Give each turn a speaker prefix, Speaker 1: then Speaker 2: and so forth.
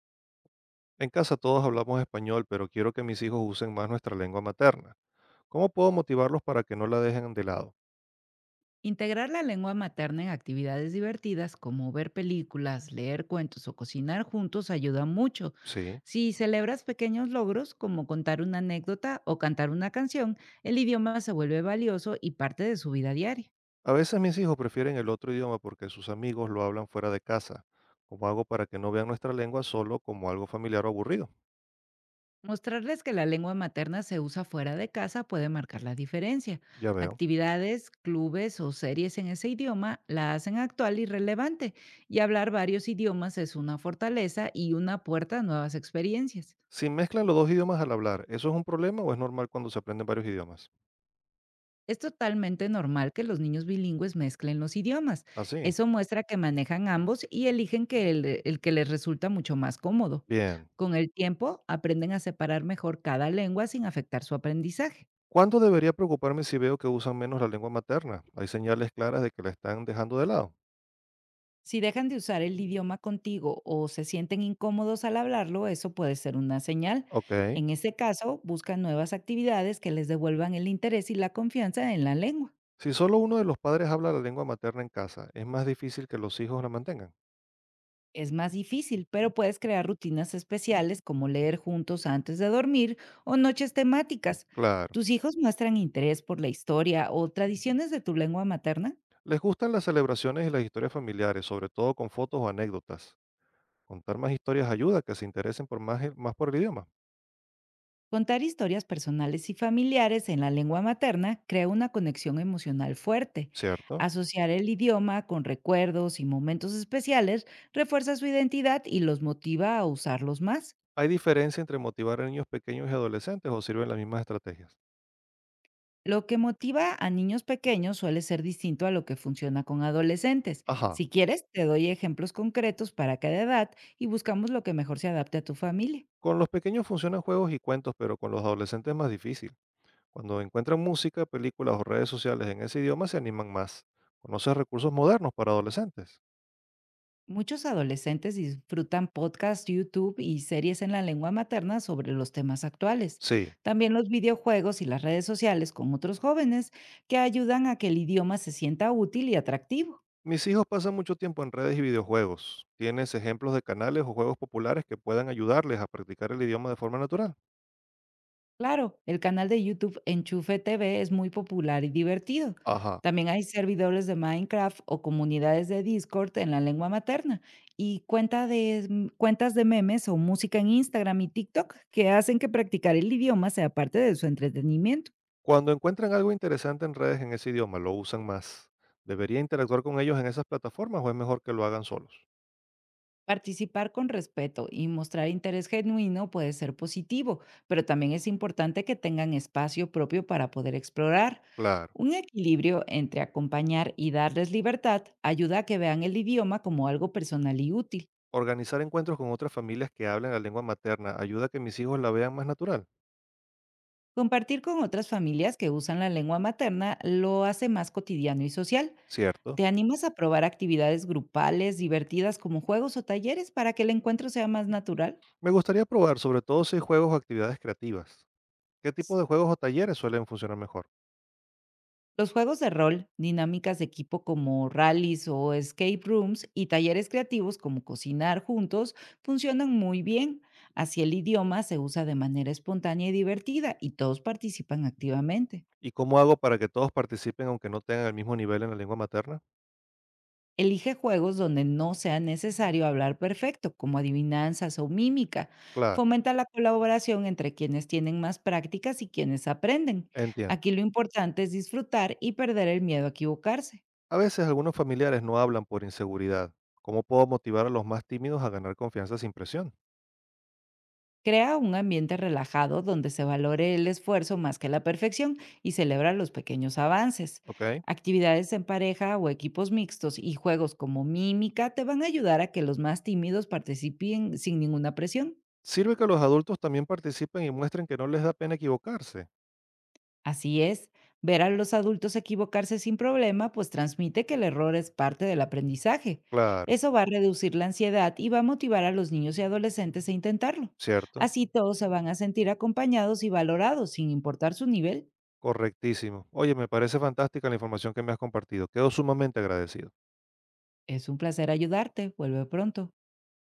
Speaker 1: En casa todos hablamos español, pero quiero que mis hijos usen más nuestra lengua materna. ¿Cómo puedo motivarlos para que no la dejen de lado?
Speaker 2: Integrar la lengua materna en actividades divertidas como ver películas, leer cuentos o cocinar juntos ayuda mucho.
Speaker 1: Sí.
Speaker 2: Si celebras pequeños logros como contar una anécdota o cantar una canción, el idioma se vuelve valioso y parte de su vida diaria.
Speaker 1: A veces mis hijos prefieren el otro idioma porque sus amigos lo hablan fuera de casa. ¿Cómo hago para que no vean nuestra lengua solo como algo familiar o aburrido?
Speaker 2: Mostrarles que la lengua materna se usa fuera de casa puede marcar la diferencia.
Speaker 1: Ya veo.
Speaker 2: Actividades, clubes o series en ese idioma la hacen actual y relevante, y hablar varios idiomas es una fortaleza y una puerta a nuevas experiencias.
Speaker 1: Si mezclan los dos idiomas al hablar, ¿eso es un problema o es normal cuando se aprenden varios idiomas?
Speaker 2: Es totalmente normal que los niños bilingües mezclen los idiomas.
Speaker 1: Así.
Speaker 2: Eso muestra que manejan ambos y eligen el que les resulta mucho más cómodo.
Speaker 1: Bien.
Speaker 2: Con el tiempo, aprenden a separar mejor cada lengua sin afectar su aprendizaje.
Speaker 1: ¿Cuándo debería preocuparme si veo que usan menos la lengua materna? Hay señales claras de que la están dejando de lado.
Speaker 2: Si dejan de usar el idioma contigo o se sienten incómodos al hablarlo, eso puede ser una señal.
Speaker 1: Ok.
Speaker 2: En ese caso, buscan nuevas actividades que les devuelvan el interés y la confianza en la lengua.
Speaker 1: Si solo uno de los padres habla la lengua materna en casa, es más difícil que los hijos la mantengan.
Speaker 2: Es más difícil, pero puedes crear rutinas especiales como leer juntos antes de dormir o noches temáticas.
Speaker 1: Claro.
Speaker 2: ¿Tus hijos muestran interés por la historia o tradiciones de tu lengua materna?
Speaker 1: Les gustan las celebraciones y las historias familiares, sobre todo con fotos o anécdotas. Contar más historias ayuda a que se interesen por más, más por el idioma,
Speaker 2: Contar historias personales y familiares en la lengua materna crea una conexión emocional fuerte.
Speaker 1: ¿cierto?
Speaker 2: Asociar el idioma con recuerdos y momentos especiales refuerza su identidad y los motiva a usarlos más.
Speaker 1: ¿Hay diferencia entre motivar a niños pequeños y adolescentes o sirven las mismas estrategias?
Speaker 2: Lo que motiva a niños pequeños suele ser distinto a lo que funciona con adolescentes.
Speaker 1: Ajá.
Speaker 2: Si quieres, te doy ejemplos concretos para cada edad y buscamos lo que mejor se adapte a tu familia.
Speaker 1: Con los pequeños funcionan juegos y cuentos, pero con los adolescentes es más difícil. Cuando encuentran música, películas o redes sociales en ese idioma, se animan más. ¿Conoces recursos modernos para adolescentes?
Speaker 2: Muchos adolescentes disfrutan podcasts, YouTube y series en la lengua materna sobre los temas actuales.
Speaker 1: Sí.
Speaker 2: También los videojuegos y las redes sociales con otros jóvenes que ayudan a que el idioma se sienta útil y atractivo.
Speaker 1: Mis hijos pasan mucho tiempo en redes y videojuegos. ¿Tienes ejemplos de canales o juegos populares que puedan ayudarles a practicar el idioma de forma natural?
Speaker 2: Claro, el canal de YouTube Enchufe TV es muy popular y divertido.
Speaker 1: Ajá.
Speaker 2: También hay servidores de Minecraft o comunidades de Discord en la lengua materna y cuentas de memes o música en Instagram y TikTok que hacen que practicar el idioma sea parte de su entretenimiento.
Speaker 1: Cuando encuentran algo interesante en redes en ese idioma, lo usan más. ¿Debería interactuar con ellos en esas plataformas o es mejor que lo hagan solos?
Speaker 2: Participar con respeto y mostrar interés genuino puede ser positivo, pero también es importante que tengan espacio propio para poder explorar.
Speaker 1: Claro.
Speaker 2: Un equilibrio entre acompañar y darles libertad ayuda a que vean el idioma como algo personal y útil.
Speaker 1: Organizar encuentros con otras familias que hablan la lengua materna ayuda a que mis hijos la vean más natural.
Speaker 2: Compartir con otras familias que usan la lengua materna lo hace más cotidiano y social.
Speaker 1: Cierto.
Speaker 2: ¿Te animas a probar actividades grupales divertidas como juegos o talleres para que el encuentro sea más natural?
Speaker 1: Me gustaría probar sobre todo si hay juegos o actividades creativas. ¿Qué tipo de juegos o talleres suelen funcionar mejor?
Speaker 2: Los juegos de rol, dinámicas de equipo como rallies o escape rooms y talleres creativos como cocinar juntos funcionan muy bien. Así el idioma se usa de manera espontánea y divertida y todos participan activamente.
Speaker 1: ¿Y cómo hago para que todos participen aunque no tengan el mismo nivel en la lengua materna?
Speaker 2: Elige juegos donde no sea necesario hablar perfecto, como adivinanzas o mímica.
Speaker 1: Claro,
Speaker 2: Fomenta la colaboración entre quienes tienen más prácticas y quienes aprenden.
Speaker 1: entiendo.
Speaker 2: Aquí lo importante es disfrutar y perder el miedo a equivocarse.
Speaker 1: A veces algunos familiares no hablan por inseguridad. ¿Cómo puedo motivar a los más tímidos a ganar confianza sin presión?
Speaker 2: Crea un ambiente relajado donde se valore el esfuerzo más que la perfección y celebra los pequeños avances.
Speaker 1: ¿Ok?
Speaker 2: Actividades en pareja o equipos mixtos y juegos como mímica te van a ayudar a que los más tímidos participen sin ninguna presión.
Speaker 1: Sirve que los adultos también participen y muestren que no les da pena equivocarse.
Speaker 2: Así es, ver a los adultos equivocarse sin problema pues transmite que el error es parte del aprendizaje.
Speaker 1: Claro,
Speaker 2: Eso va a reducir la ansiedad y va a motivar a los niños y adolescentes a intentarlo.
Speaker 1: cierto.
Speaker 2: Así todos se van a sentir acompañados y valorados sin importar su nivel.
Speaker 1: Correctísimo. Oye, me parece fantástica la información que me has compartido. Quedo sumamente agradecido.
Speaker 2: Es un placer ayudarte. Vuelve pronto.